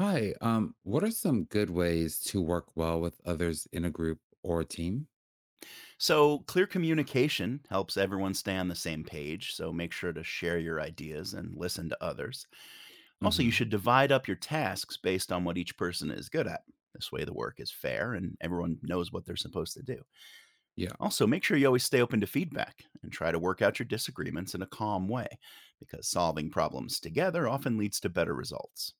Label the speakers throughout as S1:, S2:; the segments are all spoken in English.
S1: Hi. What are some good ways to work well with others in a group or a team?
S2: So, clear communication helps everyone stay on the same page, so make sure to share your ideas and listen to others. Also, you
S1: Hmm.
S2: should divide up your tasks based on what each person is good at. This way, the work is fair and everyone knows what they're supposed to do.
S1: Yeah.
S2: Also, make sure you always stay open to feedback and try to work out your disagreements in a calm way, because solving problems together often leads to better results.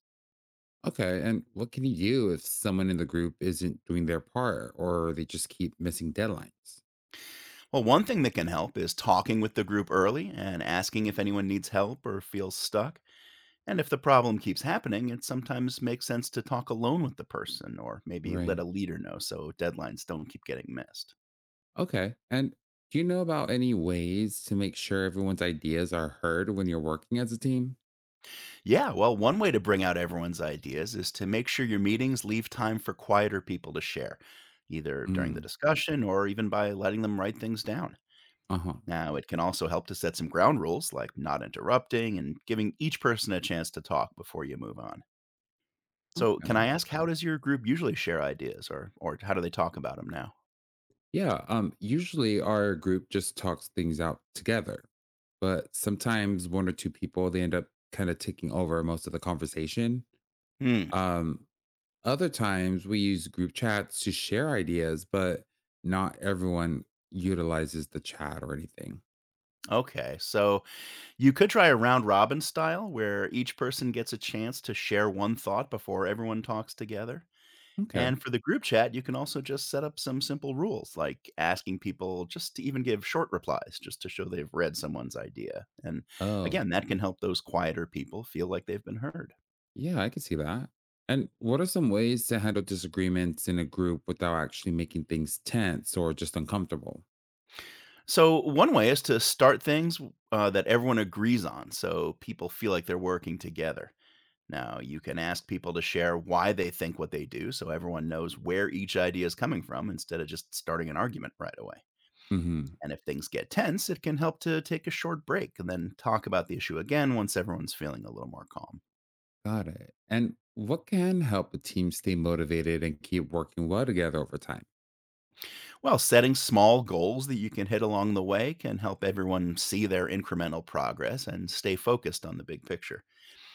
S1: Okay. And what can you do if someone in the group isn't doing their part or they just keep missing deadlines?
S2: Well, one thing that can help is talking with the group early and asking if anyone needs help or feels stuck. And if the problem keeps happening, it sometimes makes sense to talk alone with the person or maybe let
S1: Right.
S2: a leader know so deadlines don't keep getting missed.
S1: Okay. And do you know about any ways to make sure everyone's ideas are heard when you're working as a team?
S2: Yeah, well, one way to bring out everyone's ideas is to make sure your meetings leave time for quieter people to share, either during the
S1: Mm.
S2: discussion or even by letting them write things down.
S1: Uh huh.
S2: Now, it can also help to set some ground rules like not interrupting and giving each person a chance to talk before you move on. So, can I
S1: Okay.
S2: ask, how does your group usually share ideas, or how do they talk about them now?
S1: Yeah. Usually, our group just talks things out together, but sometimes one or two people, they end up kind of taking over most of the conversation.
S2: Hmm.
S1: Um, other times we use group chats to share ideas, but not everyone utilizes the chat or anything.
S2: Okay. So, you could try a round robin style where each person gets a chance to share one thought before everyone talks together.
S1: Okay.
S2: And for the group chat, you can also just set up some simple rules like asking people just to even give short replies just to show they've read someone's idea. And
S1: Oh,
S2: again, that can help those quieter people feel like they've been heard.
S1: yeah, I can see that. And what are some ways to handle disagreements in a group without actually making things tense or just uncomfortable?
S2: So, one way is to start things that everyone agrees on so people feel like they're working together. Now, you can ask people to share why they think what they do so everyone knows where each idea is coming from instead of just starting an argument right away.
S1: Hmm.
S2: And if things get tense, it can help to take a short break and then talk about the issue again once everyone's feeling a little more calm.
S1: Got it. And what can help a team stay motivated and keep working well together over time?
S2: Well, setting small goals that you can hit along the way can help everyone see their incremental progress and stay focused on the big picture.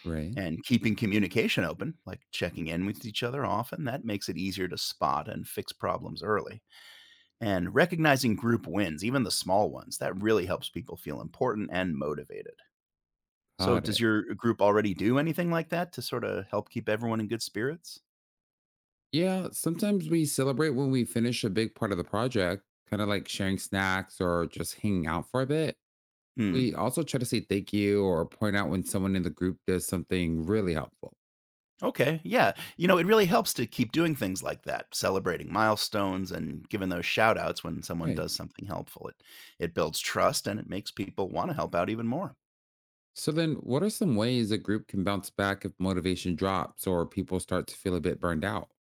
S1: Right.
S2: And keeping communication open, like checking in with each other often, that makes it easier to spot and fix problems early. And recognizing group wins, even the small ones, that really helps people feel important and motivated. So,
S1: Got
S2: does
S1: it.
S2: your group already do anything like that to sort of help keep everyone in good spirits?
S1: Yeah, sometimes we celebrate when we finish a big part of the project, kind of like sharing snacks or just hanging out for a bit.
S2: Hmm.
S1: We also try to say thank you or point out when someone in the group does something really helpful.
S2: Okay. Yeah. You know, it really helps to keep doing things like that, celebrating milestones and giving those shout outs when someone
S1: Right.
S2: does something helpful. It builds trust and it makes people want to help out even more.
S1: So then what are some ways a group can bounce back if motivation drops or people start to feel a bit burned out?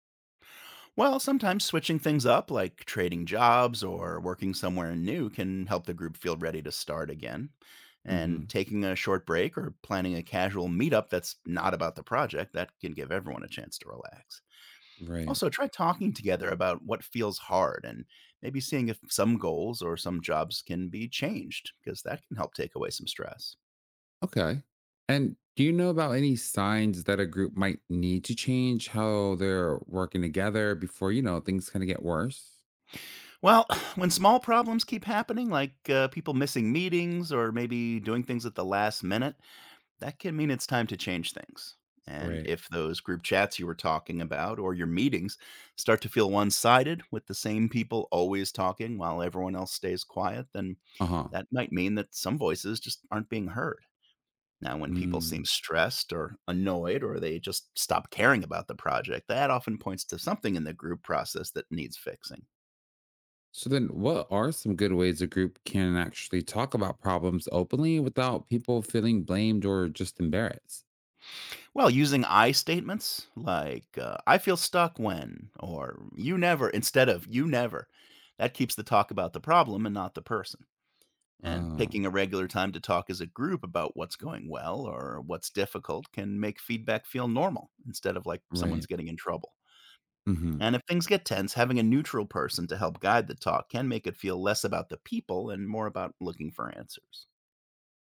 S2: Well, sometimes switching things up, like trading jobs or working somewhere new, can help the group feel ready to start again.
S1: Hmm.
S2: And taking a short break or planning a casual meetup that's not about the project, that can give everyone a chance to relax.
S1: Right.
S2: Also, try talking together about what feels hard and maybe seeing if some goals or some jobs can be changed, because that can help take away some stress.
S1: Okay. And do you know about any signs that a group might need to change how they're working together before, you know, things kind of get worse?
S2: Well, when small problems keep happening, like people missing meetings or maybe doing things at the last minute, that can mean it's time to change things. And
S1: Right.
S2: if those group chats you were talking about or your meetings start to feel one sided with the same people always talking while everyone else stays quiet, then
S1: Uh huh.
S2: that might mean that some voices just aren't being heard. Now, when people
S1: Mm.
S2: seem stressed or annoyed or they just stop caring about the project, that often points to something in the group process that needs fixing.
S1: So then, what are some good ways a group can actually talk about problems openly without people feeling blamed or just embarrassed?
S2: Well, using I statements like, I feel stuck when, or you never, instead of you never. That keeps the talk about the problem and not the person. And
S1: Oh,
S2: picking a regular time to talk as a group about what's going well or what's difficult can make feedback feel normal instead of like someone's
S1: right.
S2: getting in trouble.
S1: Hmm.
S2: And if things get tense, having a neutral person to help guide the talk can make it feel less about the people and more about looking for answers.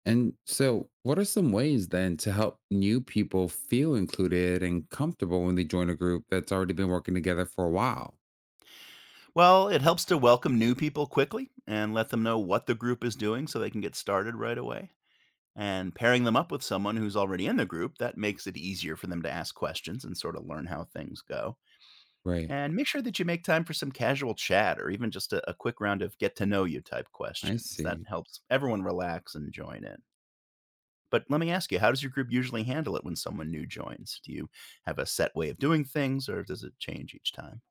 S1: And so what are some ways then to help new people feel included and comfortable when they join a group that's already been working together for a while?
S2: Well, it helps to welcome new people quickly and let them know what the group is doing so they can get started right away. And pairing them up with someone who's already in the group, that makes it easier for them to ask questions and sort of learn how things go.
S1: Right.
S2: And make sure that you make time for some casual chat or even just a quick round of get to know you type
S1: I
S2: questions. That
S1: see.
S2: helps everyone relax and join in. But let me ask you, how does your group usually handle it when someone new joins? Do you have a set way of doing things or does it change each time?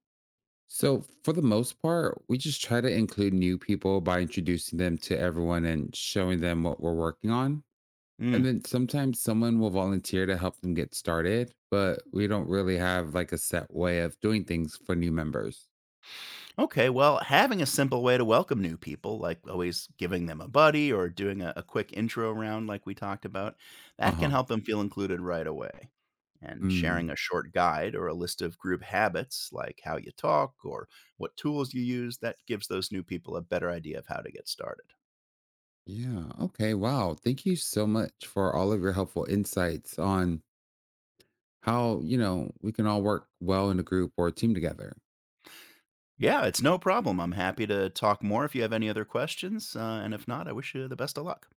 S1: So, for the most part, we just try to include new people by introducing them to everyone and showing them what we're working on.
S2: Mm.
S1: And then sometimes someone will volunteer to help them get started, but we don't really have like a set way of doing things for new members.
S2: Okay, well, having a simple way to welcome new people, like always giving them a buddy or doing a quick intro round, like we talked about,
S1: Uh
S2: that can
S1: huh.
S2: help them feel included right away. And sharing
S1: Mm.
S2: a short guide or a list of group habits, like how you talk or what tools you use, that gives those new people a better idea of how to get started.
S1: Yeah. Okay. Wow. Thank you so much for all of your helpful insights on how, you know, we can all work well in a group or a team together.
S2: Yeah, it's no problem. I'm happy to talk more if you have any other questions. And if not, I wish you the best of luck.